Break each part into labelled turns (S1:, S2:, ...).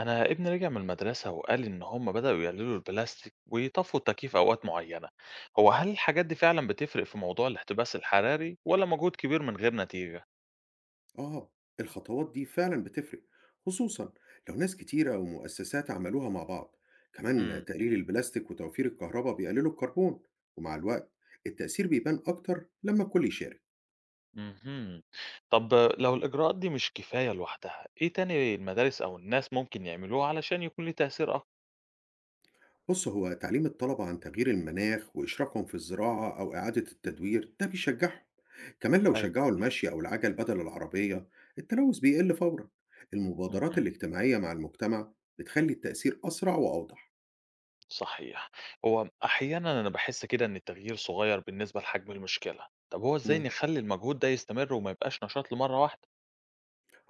S1: أنا ابني رجع من المدرسة وقال إن هم بدأوا يقللوا البلاستيك ويطفوا التكييف أوقات معينة، هو هل الحاجات دي فعلا بتفرق في موضوع الاحتباس الحراري ولا مجهود كبير من غير نتيجة؟
S2: آه، الخطوات دي فعلا بتفرق، خصوصا لو ناس كتيرة ومؤسسات عملوها مع بعض. كمان
S1: امم.
S2: تقليل البلاستيك وتوفير الكهرباء بيقللوا الكربون، ومع الوقت التأثير بيبان أكتر لما الكل يشارك.
S1: امم. طب لو الإجراءات دي مش كفاية لوحدها، إيه تاني المدارس أو الناس ممكن يعملوه علشان يكون ليه تأثير أكبر؟
S2: بص، هو تعليم الطلبة عن تغيير المناخ وإشراكهم في الزراعة أو إعادة التدوير ده بيشجعهم. كمان لو
S1: أيوه.
S2: شجعوا المشي أو العجل بدل العربية، التلوث بيقل فورا. المبادرات
S1: امم.
S2: الاجتماعية مع المجتمع بتخلي التأثير أسرع وأوضح.
S1: صحيح، هو أحيانا أنا بحس كده إن التغيير صغير بالنسبة لحجم المشكلة، طب هو إزاي
S2: مم.
S1: نخلي المجهود ده يستمر وما يبقاش نشاط لمرة واحدة؟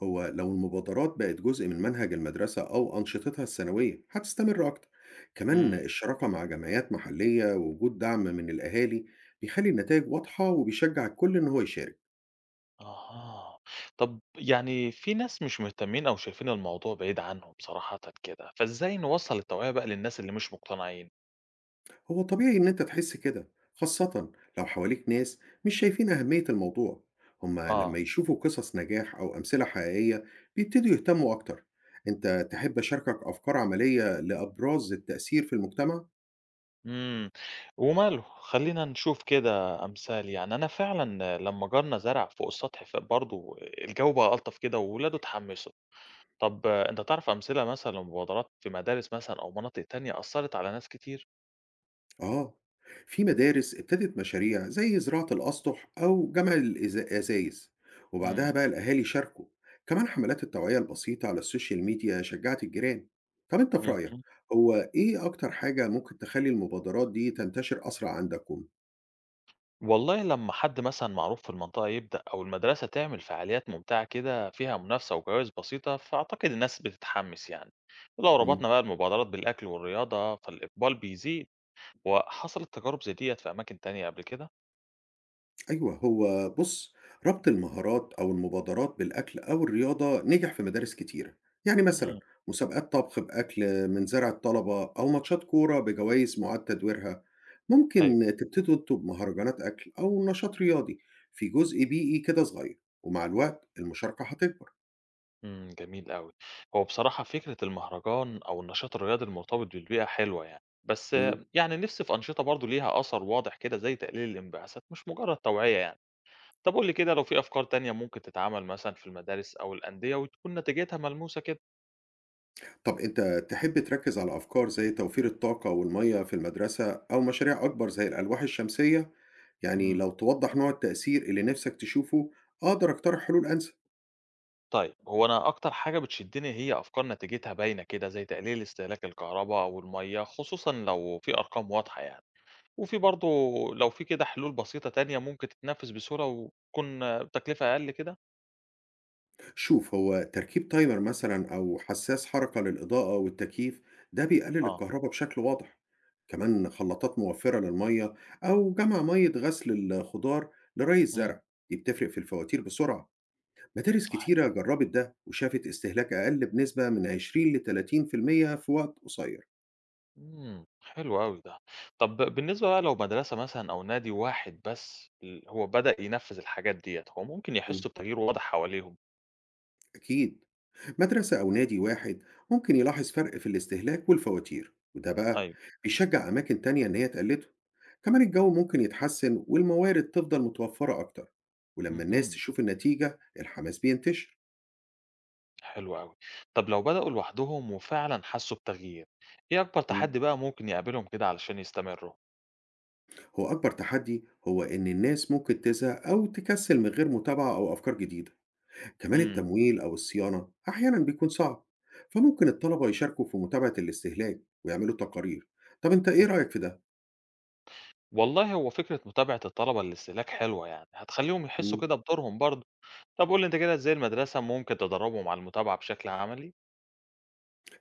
S2: هو لو المبادرات بقت جزء من منهج المدرسة أو أنشطتها السنوية هتستمر أكتر. كمان
S1: امم.
S2: الشراكة مع جمعيات محلية ووجود دعم من الأهالي بيخلي النتائج واضحة وبيشجع الكل إن هو يشارك.
S1: أها. طب يعني في ناس مش مهتمين أو شايفين الموضوع بعيد عنهم صراحةً كده، فإزاي نوصّل التوعية بقى للناس اللي مش مقتنعين؟
S2: هو طبيعي إن أنت تحس كده، خاصة لو حواليك ناس مش شايفين أهمية الموضوع. هما لما
S1: آه،
S2: يشوفوا قصص نجاح أو أمثلة حقيقية بيبتدوا يهتموا أكتر. أنت تحب أشاركك أفكار عملية لأبراز التأثير في المجتمع؟
S1: إمم، وماله، خلّينا نشوف كده أمثال، يعني أنا فعلًا لمّا جارنا زرع فوق السطح ف برضه الجو بقى ألطف كده وولاده اتحمّسوا. طب آه، أنت تعرف أمثلة مثلًا لمبادرات في مدارس مثلًا أو مناطق تانية أثّرت على ناس كتير؟
S2: آه، في مدارس ابتدت مشاريع زي زراعة الأسطح أو جمع الأزايز، وبعدها
S1: إمم.
S2: بقى الأهالي شاركوا. كمان حملات التوعية البسيطة على السوشيال ميديا شجعت الجيران. طب أنت في رأيك
S1: اهم.
S2: هو إيه أكتر حاجة ممكن تخلي المبادرات دي تنتشر أسرع عندكم؟
S1: والله لمّا حد مثلًا معروف في المنطقة يبدأ أو المدرسة تعمل فعاليات ممتعة كده فيها منافسة وجوائز بسيطة، فأعتقد الناس بتتحمس يعني، ولو
S2: مم.
S1: ربطنا بقى المبادرات بالأكل والرياضة فالإقبال بيزيد، وحصلت تجارب زي ديّة في أماكن تانية قبل كده؟
S2: أيوه، هو بُص، ربط المهارات أو المبادرات بالأكل أو الرياضة نجح في مدارس كتيرة، يعني مثلًا
S1: مم.
S2: مسابقات طبخ بأكل من زرع الطلبة أو ماتشات كورة بجوايز مُعاد تدويرها،
S1: أيوه،
S2: ممكن تبتدوا أنتم بمهرجانات أكل أو نشاط رياضي في جزء بيئي كده صغير، ومع الوقت المشاركة هتكبر.
S1: إمم، جميل أوي. هو بصراحة فكرة المهرجان أو النشاط الرياضي المرتبط بالبيئة حلوة يعني، بس
S2: إمم.
S1: يعني نفسي في أنشطة برضه ليها أثر واضح كده زي تقليل الانبعاثات مش مجرد توعية يعني. طب قُل لي كده لو في أفكار تانية ممكن تتعمل مثلًا في المدارس أو الأندية وتكون نتيجتها ملموسة كده؟
S2: طب أنت تحب تركز على أفكار زي توفير الطاقة والمية في المدرسة أو مشاريع أكبر زي الألواح الشمسية؟ يعني
S1: إمم.
S2: لو توضح نوع التأثير اللي نفسك تشوفه، أقدر أقترح حلول أنسب.
S1: طيب، هو أنا أكتر حاجة بتشدني هي أفكار نتيجتها باينة كده، زي تقليل استهلاك الكهربا أو المَيّة، خصوصًا لو في أرقام واضحة يعني، وفي برضه لو في كده حلول بسيطة تانية ممكن تتنفذ بسهولة وتكون بتكلفة أقل كده؟
S2: شوف، هو تركيب تايمر مثلا أو حساس حركة للإضاءة والتكييف ده بيقلل
S1: آه،
S2: الكهرباء بشكل واضح. كمان خلاطات موفرة للمية أو جمع مية غسل الخضار لري
S1: إمم.
S2: الزرع، دي بتفرق في الفواتير بسرعة. مدارس
S1: صحيح.
S2: كتيرة جربت ده وشافت استهلاك أقل بنسبة من 20 ل 30% في المية في وقت قصير.
S1: إمم، حلو أوي ده. طب بالنسبة بقى لو مدرسة مثلًا أو نادي واحد بس هو بدأ ينفذ الحاجات ديّة، هو ممكن
S2: مم.
S1: يحسوا بتغيير واضح حواليهم؟
S2: أكيد، مدرسة أو نادي واحد ممكن يلاحظ فرق في الاستهلاك والفواتير، وده بقى
S1: أيوه،
S2: بيشجع أماكن تانية إن هي تقلده. كمان الجو ممكن يتحسن والموارد تفضل متوفرة أكتر، ولما الناس
S1: اهم،
S2: تشوف النتيجة الحماس بينتشر.
S1: حلو أوي. طب لو بدأوا لوحدهم وفعلًا حسّوا بتغيير، إيه أكبر
S2: مم.
S1: تحدي بقى ممكن يقابلهم كده علشان يستمروا؟
S2: هو أكبر تحدي هو إن الناس ممكن تزهق أو تكسل من غير متابعة أو أفكار جديدة. كمان
S1: إمم،
S2: التمويل أو الصيانة أحيانا بيكون صعب، فممكن الطلبة يشاركوا في متابعة الاستهلاك ويعملوا تقارير. طب أنت إيه
S1: اهم.
S2: رأيك في ده؟
S1: والله هو فكرة متابعة الطلبة للاستهلاك حلوة يعني، هتخلّيهم يحسّوا
S2: مم.
S1: كده بدورهم برضه. طب قُل لي أنت كده إزاي المدرسة ممكن تدرّبهم على المتابعة بشكل عملي؟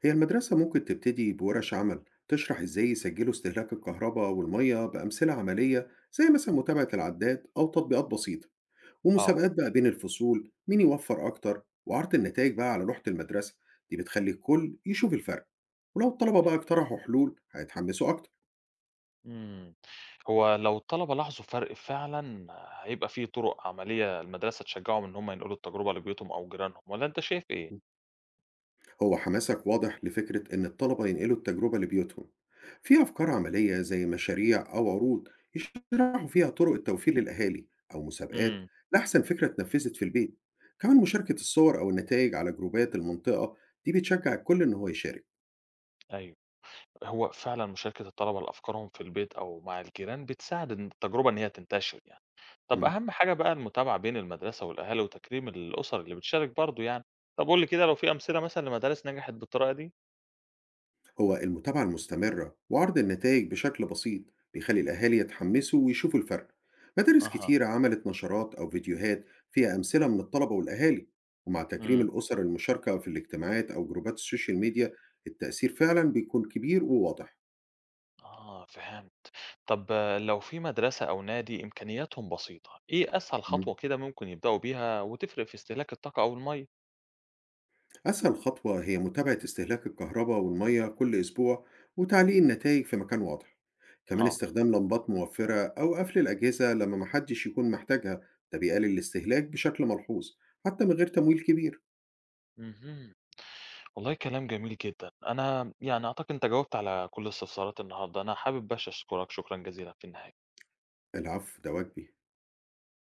S2: هي المدرسة ممكن تبتدي بورش عمل تشرح إزاي يسجلوا استهلاك الكهرباء والمية بأمثلة عملية زي مثلا متابعة العداد أو تطبيقات بسيطة،
S1: آه،
S2: ومسابقات بقى بين الفصول مين يوفر أكتر وعرض النتائج بقى على لوحة المدرسة. دي بتخلي الكل يشوف الفرق، ولو الطلبة بقى اقترحوا حلول هيتحمسوا أكتر.
S1: إمم. هو لو الطلبة لاحظوا فرق فعلًا هيبقى في طُرق عملية المدرسة تشجّعهم إن هم ينقلوا التجربة لبيوتهم أو جيرانهم والّا أنت شايف إيه؟
S2: هو حماسك واضح لفكرة إن الطلبة ينقلوا التجربة لبيوتهم. في أفكار عملية زي مشاريع أو عروض يشرحوا فيها طرق التوفير للأهالي، أو مسابقات
S1: إمم،
S2: لأحسن فكرة اتنفذت في البيت. كمان مشاركة الصور أو النتائج على جروبات المنطقة دي بتشجع الكل إن هو يشارك.
S1: أيوه. هو فعلًا مشاركة الطلبة لأفكارهم في البيت أو مع الجيران بتساعد إن التجربة إن هي تنتشر يعني. طب
S2: مم.
S1: أهم حاجة بقى المتابعة بين المدرسة والأهالي وتكريم الأسر اللي بتشارك برضه يعني. طب قُل لي كده لو في أمثلة مثلًا لمدارس نجحت بالطريقة دي؟
S2: هو المتابعة المستمرة وعرض النتائج بشكل بسيط بيخلي الأهالي يتحمسوا ويشوفوا الفرق. مدارس
S1: أها،
S2: كتيرة عملت نشرات أو فيديوهات فيها أمثلة من الطلبة والأهالي، ومع تكريم
S1: إمم،
S2: الأسر المشاركة في الاجتماعات أو جروبات السوشيال ميديا، التأثير فعلا بيكون كبير وواضح.
S1: آه فهمت. طب آه، لو في مدرسة أو نادي إمكانياتهم بسيطة، إيه أسهل خطوة كده ممكن يبدأوا بيها وتفرق في استهلاك الطاقة أو المَيّة؟
S2: أسهل خطوة هي متابعة استهلاك الكهرباء والمية كل أسبوع وتعليق النتائج في مكان واضح، كمان
S1: آه،
S2: استخدام لمبات موفرة أو قفل الأجهزة لما محدش يكون محتاجها. ده بيقلل الاستهلاك بشكل ملحوظ حتى من غير تمويل كبير.
S1: اهم. والله كلام جميل جدًا. أنا يعني أعتقد أنت جاوبت على كل استفساراتي النهارده. أنا حابب بس أشكرك شكرًا جزيلًا في النهاية.
S2: العفو، ده واجبي.